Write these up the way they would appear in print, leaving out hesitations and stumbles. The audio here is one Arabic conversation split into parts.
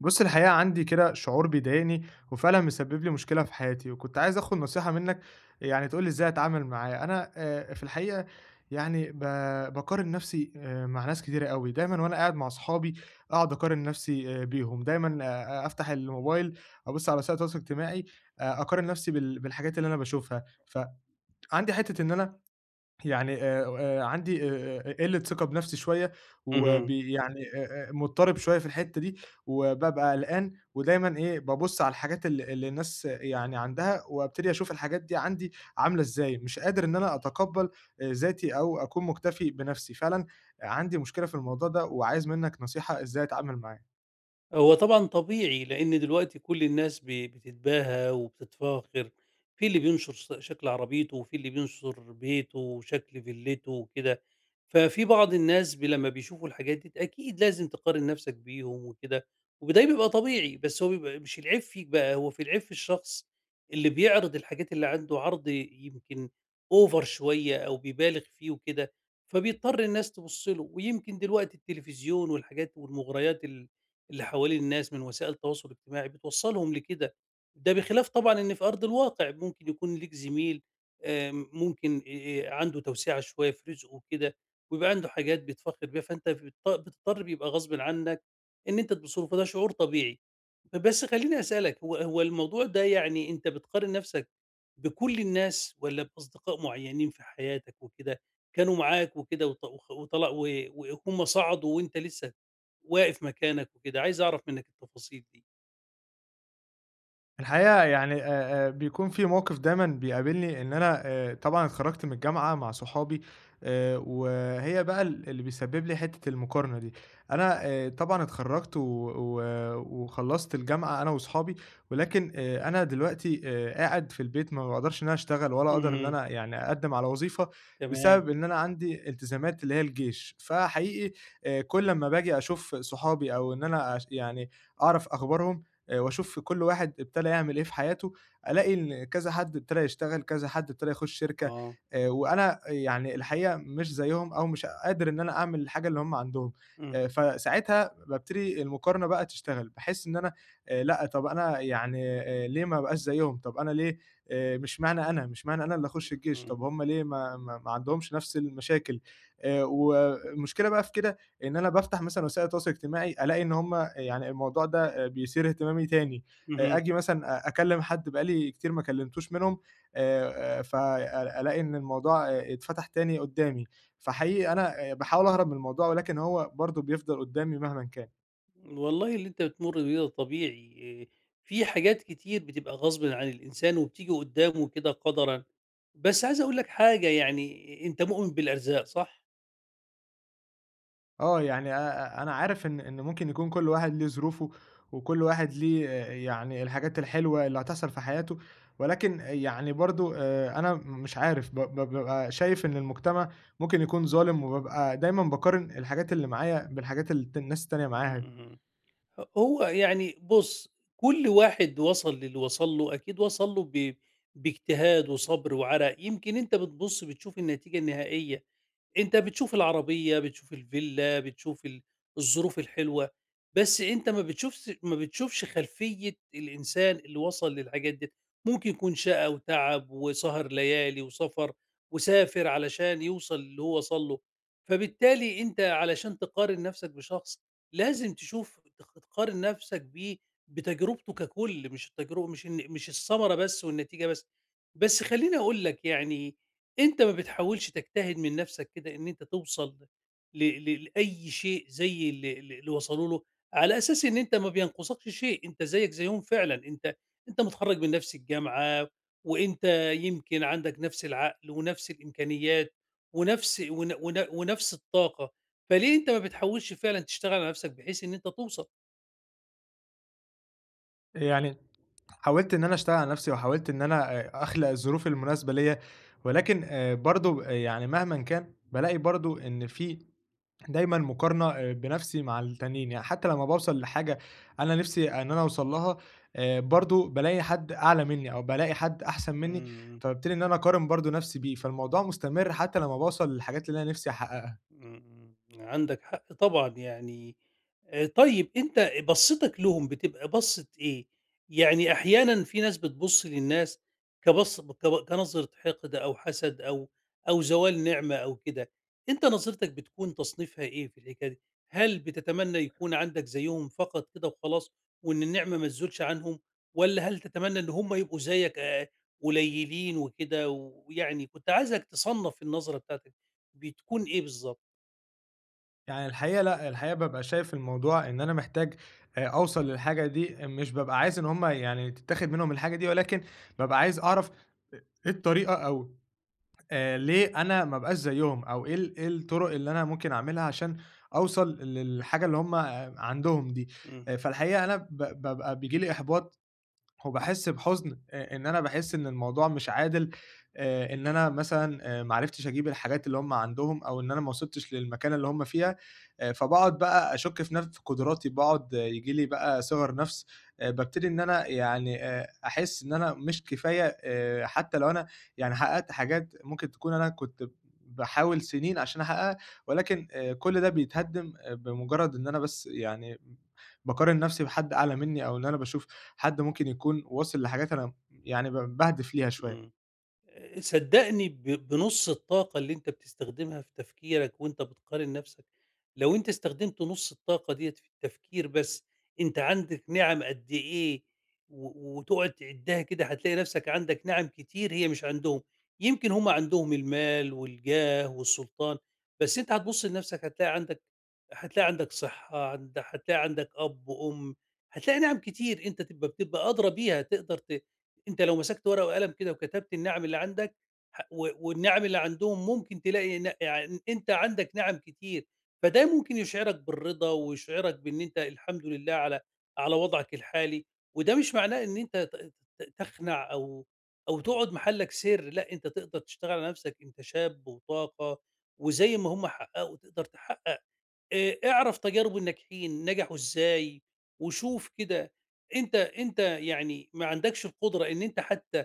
بُص، الحقيقة عندي كده شعور بيضايقني وفعلًا مسبب لي مشكلة في حياتي، وكنت عايز آخد نصيحة منّك يعني تقول لي إزاي أتعامل معاه. أنا في الحقيقة يعني باقارن نَفْسي مع ناس كتيرة أوي، دايمًا وأنا قاعد مع أصحابي أقعد أقارن نَفْسي بيهم، دايمًا أفتح الموبايل أبُص على وسائل التواصل الاجتماعي أقارن نَفْسي بالحاجات اللي أنا باشوفها، فعندي حتّة إن أنا يعني عندي قِلّة ثقة بنَفْسي شوية، اهم. يعني مُضطرب شوية في الحتّة دي، وبابقى قلقان ودايمًا إيه، بابُص على الحاجات اللي الناس يعني عندها، وابتدي أشوف الحاجات دي عندي عاملة إزاي، مش قادر إن أنا أتقبّل ذاتي أو أكون مُكتفي بنَفْسي، فعلًا عندي مشكلة في الموضوع ده وعايز منّك نصيحة إزاي أتعامل معاه. هو طبعًا طبيعي، لإن دلوقتي كل الناس بتتباهى وبتتفاخر، في اللي بينشر شكل عربيته، وفي اللي بينشر بيته وشكل فيلته وكده، ففي بعض الناس لمّا بيشوفوا الحاجات دي أكيد لازم تقارن نفسك بيهم وكده، وده بيبقى طبيعي، بس هو بيبقى مش العيب فيك بقى، هو في العيب في الشخص اللي بيعرض الحاجات اللي عنده عرض يمكن over شوية أو بيبالغ فيه وكده، فبيضطر الناس تبُص له، ويمكن دلوقتي التلفزيون والحاجات والمغريات اللي حوالين الناس من وسائل التواصل الاجتماعي بتوصّلهم لكده، ده بخلاف طبعًا إن في أرض الواقع ممكن يكون ليك زميل، آمم، ممكن عنده توسعة شوية في رزقه وكده، ويبقى عنده حاجات بيتفخر بيها، فأنت بتضطر بيبقى غصبٍ عنك إن أنت تبص له، فده شعور طبيعي. بس خلّيني أسألك هو الموضوع ده، يعني أنت بتقارن نفسك بكل الناس والّا بأصدقاء معيّنين في حياتك وكده، كانوا معاك وكده وط وخ وطلع وهُم صعدوا وأنت لسه واقف مكانك وكده؟ عايز أعرف منّك التفاصيل دي. الحقيقة يعني بيكون في موقف دايمًا بيقابلني إن أنا طبعًا اتخرجت من الجامعة مع صحابي وهي بقى اللي بيسبب لي حتة المقارنة دي، أنا طبعًا اتخرجت و و وخلصت الجامعة أنا وصحابي، ولكن أنا دلوقتي قاعد في البيت ما باقدرش إن أنا أشتغل ولا أقدر إن اهم، أنا يعني أقدم على وظيفة، تمام، بسبب إن أنا عندي التزامات اللي هي الجيش، فحقيقي كل أمّا باجي أشوف صحابي أو إن أنا يعني أعرف أخبارهم وأشوف كل واحد ابتدى يعمل إيه في حياته، ألاقي إن كذا حد ابتدى يشتغل، كذا حد ابتدى يخش شركة، آه، وأنا يعني الحقيقة مش زيّهم أو مش قادر إن أنا أعمل الحاجة اللي هُم عندهم، إمم، فساعتها بابتدي المقارنة بقى تشتغل، باحس إن أنا لأ، طب أنا يعني ليه ما ابقاش زيّهم، طب أنا ليه مش معنى أنا اللي أخش الجيش، إمم، طب هُم ليه ما عندهمش نفس المشاكل، والمشكلة بقى في كده إن أنا بافتح مثلًا وسائل التواصل الاجتماعي ألاقي إن هُم يعني الموضوع ده بيثير اهتمامي تاني، اهم. آجي مثلًا أكلّم حد بقى لي كتير ما كلّمتوش منهم فأ ألاقي إن الموضوع اتفتح تاني قدّامي، فحقيقي أنا باحاول أهرب من الموضوع ولكن هو برضه بيفضل قدّامي مهمًا كان. والله اللي أنت بتمُر بيه ده طبيعي، إيه، في حاجات كتير بتبقى غصبٍ عن الإنسان وبتيجي قدّامه كده قدرًا، بس عايز أقول لك حاجة، يعني أنت مؤمن بالأرزاق صح؟ آه، يعني أنا عارف إن ممكن يكون كل واحد ليه ظروفه، وكل واحد ليه يعني الحاجات الحلوة اللي هتحصل في حياته، ولكن يعني برضه أنا مش عارف ب ب بابقى شايف إن المجتمع ممكن يكون ظالم، وبابقى دايمًا باقارن الحاجات اللي معايا بالحاجات اللي الناس التانية معاها، اهم. هو يعني بُص، كل واحد وصل للي وصل له أكيد وصل له باجتهاد وصبر وعرق، يمكن أنت بتبُص بتشوف النتيجة النهائية. أنت بتشوف العربية، بتشوف الفيلا، بتشوف الظروف الحلوة، بس أنت ما بتشوفش خلفية الإنسان اللي وصل للحاجات ديّة، ممكن يكون شقى وتعب وسهر ليالي وسفر، وسافر علشان يوصل للي هو وصل له، فبالتالي أنت علشان تقارن نَفْسك بشخص لازم تشوف تقارن نَفْسك بيه بتجربته ككُل، مش التجربة، مش الثمرة بس والنتيجة بس. بس خلّيني أقول لك، يعني أنت ما بتحاولش تجتهد من نفسك كده إن أنت توصل ل ل لأي شيء زي ال ال اللي وصلوا له، على أساس إن أنت ما بينقصكش شيء، أنت زيك زيهم فعلًا، أنت متخرّج من نفس الجامعة، وأنت يمكن عندك نفس العقل ونفس الإمكانيات ونفس ون ون ونفس الطاقة، فليه أنت ما بتحاولش فعلًا تشتغل على نفسك بحيث إن أنت توصل؟ يعني حاولت إن أنا أشتغل على نفسي، وحاولت إن أنا أخلق الظروف المناسبة ليّا، ولكن برضه يعني مهمًا كان بالاقي برضه إن في دايمًا مقارنة بنَفْسي مع التانيين، يعني حتى لمّا باوصل لحاجة أنا نِفْسي إن أنا أوصل لها برضه بالاقي حد أعلى منّي أو بالاقي حد أحسن منّي، إمم، فبابتدي إن أنا أقارن برضه نَفْسي بيه، فالموضوع مستمر حتى لمّا باوصل للحاجات اللي أنا نِفْسي أحققها. إمم، عندك حق طبعًا، يعني طيب أنت بصّتك لهم بتبقى بصّة إيه؟ يعني أحيانًا في ناس بتبُص للناس كبص كب كنظرة حقد أو حسد أو أو زوال نعمة أو كده، أنت نظرتك بتكون تصنيفها إيه في الحكاية دي؟ هل بتتمنى يكون عندك زيهم فقط كده وخلاص، وإن النعمة ما تزولش عنهم، والّا هل تتمنى إن هم يبقوا زيك قليلين وكده؟ ويعني كنت عايزك تصنّف النظرة بتاعتك بتكون إيه بالضبط؟ يعني الحقيقة لأ، الحقيقة بابقى شايف الموضوع إن أنا محتاج أوصل للحاجة دي، مش بابقى عايز إن هم يعني تتاخد منهم الحاجة دي، ولكن بابقى عايز أعرف إ إيه الطريقة أو ليه أنا ما أبقاش زيّهم، أو إيه الطُرق اللي أنا ممكن أعملها عشان أوصل للحاجة اللي هُم عندهم دي، إمم، فالحقيقة أنا بابقى بييجي لي إحباط وباحس بحُزن إن أنا باحس إن الموضوع مش عادل، إن أنا مثلًا ما عرفتش أجيب الحاجات اللي هُم عندهم أو إن أنا ما وصلتش للمكانة اللي هُم فيها، فباقعد بقى أشُك في قدراتي، باقعد ييجي لي بقى صِغَر نَفْس، بابتدي إن أنا يعني أحس إن أنا مش كفاية حتّى لو أنا يعني حقّقت حاجات ممكن تكون أنا كنت باحاول سِنين عشان أحقّقها، ولكن كل ده بيتهدِّم بمُجرّد إن أنا بس يعني باقارن نَفْسي بحد أعلى منّي أو إن أنا باشوف حد ممكن يكون واصل لحاجات أنا يعني باهدف ليها إمم. شوية. صدّقني، بنُص الطاقة اللي أنت بتستخدمها في تفكيرك وأنت بتقارن نَفْسك، لو أنت استخدمت نُص الطاقة ديّة في التفكير بس، أنت عندك نِعَم قد إيه، وتقعد تعدّها كده هتلاقي نَفْسك عندك نِعَم كتير هي مش عندهم. يمكن هم عندهم المال والجاه والسلطان، بس أنت هتبُص لنَفْسك هتلاقي عندك، هتلاقي عندك صحّة، هتلاقي عندك أب وأم، هتلاقي نِعَم كتير أنت بتبقى أدرى بيها، تقدر ت أنت لو مسكت ورقة وقلم كده وكتبت النعم اللي عندك ح و والنعم اللي عندهم ممكن تلاقي ن يعني أنت عندك نعم كتير، فده ممكن يشعرك بالرضا ويشعرك بإن أنت الحمد لله على على وضعك الحالي، وده مش معناه إن أنت ت ت تخنع أو أو تقعد محلك سر، لأ، أنت تقدر تشتغل على نفسك، أنت شاب وطاقة، وزي ما هم حققوا تقدر تحقق. اعرف تجارب الناجحين نجحوا إزاي، وشوف كده، أنت يعني ما عندكش القدرة إن أنت حتى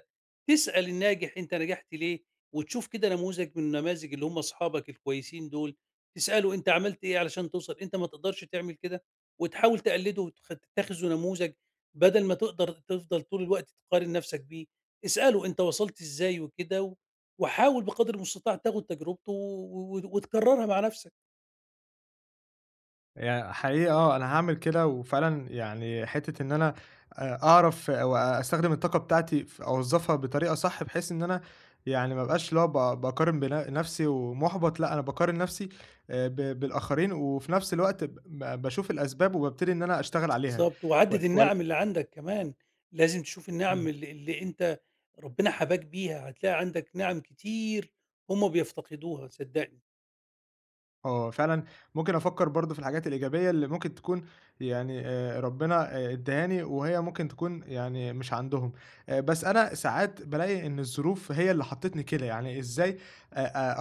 تسأل الناجح أنت نجحت ليه، وتشوف كده نموذج من النماذج اللي هم أصحابك الكويسين دول، تسأله أنت عملت إيه علشان توصل، أنت ما تقدرش تعمل كده، وتحاول تقلده تتخذه نموذج بدل ما تقدر تفضل طول الوقت تقارن نفسك بيه، اسأله أنت وصلت إزاي وكده، و- وحاول بقدر المستطاع تاخد تجربته و و وتكررها مع نفسك. يعني حقيقي أنا هاعمل كده وفعلًا يعني حتّة إن أنا أعرف وأستخدم الطاقة بتاعتي أوظّفها بطريقة صح بحيث إن أنا يعني ما ابقاش اللي هو باقارن نفسي ومُحبَط، لأ، أنا باقارن نفسي ب بالآخرين وفي نفس الوقت ب ب باشوف الأسباب وبابتدي إن أنا أشتغل عليها. بالضبط، وعدِّد وال وال النِّعَم اللي عندك كمان، لازم تشوف النِّعَم إمم. اللي أنت ربنا حَباك بيها، هتلاقي عندك نِّعَم كتير هُم بيفتقدوها صدّقني، آه، فعلًا ممكن أفكّر برضه في الحاجات الإيجابية اللي ممكن تكون يعني ربنا ادّاها لي وهي ممكن تكون يعني مش عندهم، بس أنا ساعات بالاقي إن الظروف هي اللي حطّتني كده، يعني إزاي أ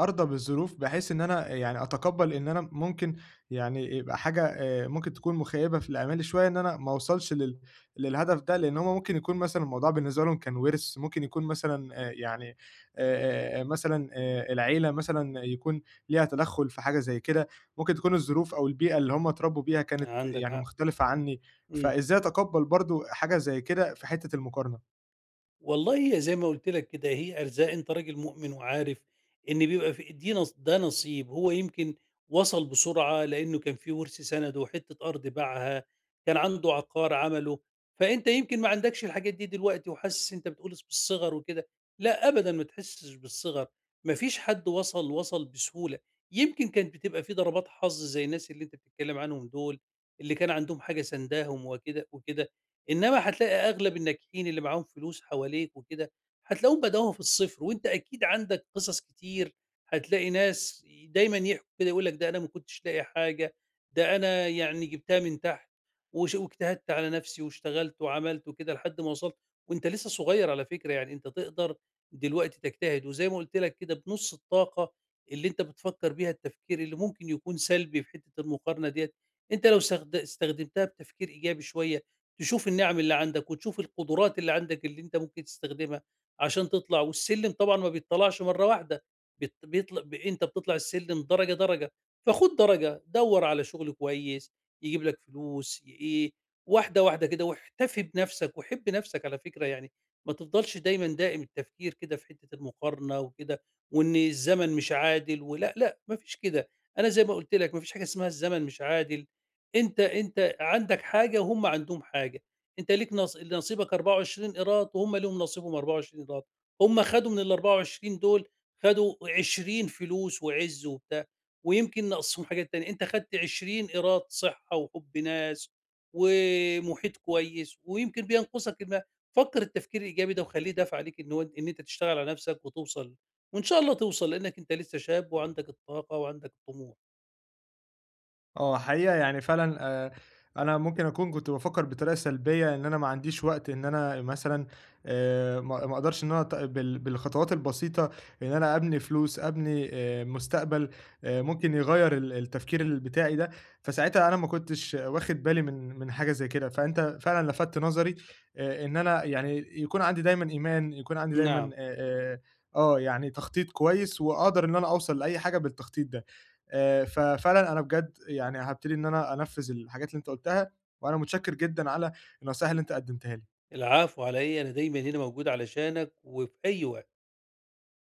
أ أرضى بالظروف بحيث إن أنا يعني أتقبّل إن أنا ممكن يعني يبقى حاجة ممكن تكون مخيّبة في الآمال شوية إن أنا ما أوصلش للهدف ده، لإن هُم ممكن يكون مثلًا الموضوع بالنسبة لهم كان وِرث، ممكن يكون مثلًا يعني مثلًا العيلة مثلًا يكون ليها تدخل في حاجة زي كده، ممكن تكون الظروف أو البيئة اللي هم اتربوا بيها كانت عندك يعني حق، مختلفة عني، إمم. فإزاي أتقبل برضه حاجة زي كده في حتة المقارنة؟ والله هي زي ما قُلت لك كده، هي أرزاق، أنت راجل مؤمن وعارف إن بيبقى في دي، نص ده نصيب، هو يمكن وصل بسرعة لإنه كان في ورث سَنَده، حتّة أرض باعها، كان عنده عقار عمله، فأنت يمكن ما عندكش الحاجات دي دلوقتي وحاسس، أنت بتقول بالصِغَر وكده، لأ، أبدًا ما تحسّش بالصِغَر، ما فيش حد وصل بسهولة، يمكن كانت بتبقى في ضربات حظ زي الناس اللي أنت بتتكلّم عنهم دُول، اللي كان عندهم حاجة سانداهم وكده وكده. إنما هتلاقي أغلب الناجحين اللي معاهم فلوس حواليك وكده، هتلاقيهم بدأوها في الصفر، وأنت أكيد عندك قصص كتير، هتلاقي ناس دايمًا يحكوا كده يقول لك ده أنا ما كنتش لاقي حاجة، ده أنا يعني جبتها من تحت وش، واجتهدت على نفسي واشتغلت وعملت وكده لحد ما وصلت، وأنت لسه صغير على فكرة، يعني أنت تقدر دلوقتي تجتهد، وزي ما قُلت لك كده بنُص الطاقة اللي أنت بتفكر بيها التفكير اللي ممكن يكون سلبي في حتة المقارنة ديّة، أنت لو استخدمتها بتفكير إيجابي شوية تشوف النعم اللي عندك وتشوف القدرات اللي عندك اللي أنت ممكن تستخدمها عشان تطلع، والسلِّم طبعًا ما بيتطلعش مرّة واحدة، بت بيطل ب أنت بتطلع السلِّم درجة، درجة، فخُد درجة، دَوّر على شغل كويس يجيب لك فلوس إيه، واحدة، واحدة كده، واحتفي بنَفْسك وحِب نَفْسك على فكرة يعني، ما تفضلش دايمًا دائم التفكير كده في حتّة المقارنة وكده، وإن الزمن مش عادل ولأ، لأ، ما فيش كده، أنا زي ما قُلت لك ما فيش حاجة اسمها الزمن مش عادل. أنت عندك حاجة وهم عندهم حاجة، أنت ليك نصيبك 24 قيراط وهم ليهم نصيبهم 24 قيراط، هم خدوا من ال24 دول خدوا 20 فلوس وعِز وبتاع، ويمكن ناقصهم حاجات تانية، أنت خدت 20 قيراط صحة وحُب ناس ومُحيط كويس، ويمكن بينقصك الماء، فكّر التفكير الإيجابي ده وخلّيه دافع عليك إن هو إن أنت تشتغل على نفسك وتوصل، وإن شاء الله توصل لإنّك أنت لسه شاب وعندك الطاقة وعندك الطموح. آه، حقيقة يعني فعلًا أنا ممكن أكون كنت بافكّر بطريقة سلبية إن أنا ما عنديش وقت إن أنا مثلًا ما أقدرش إن أنا ت بال بالخطوات البسيطة إن أنا أبني فلوس، أبني مستقبل ممكن يغيّر التفكير بتاعي ده، فساعتها أنا ما كنتش واخد بالي من حاجة زي كده، فأنت فعلًا لفتت نظري إن أنا يعني يكون عندي دايمًا إيمان، يكون عندي دايمًا نعم. يعني تخطيط كويس وأقدر إن أنا أوصل لأي حاجة بالتخطيط ده. ففعلًا أنا بجد يعني هابتدي إن أنا أنفّذ الحاجات اللي أنت قُلتها، وأنا متشكر جدًا على النصايح اللي أنت قدّمتها لي. العفو على إيه، أنا دايمًا هنا موجود علشانك وفي أي وقت.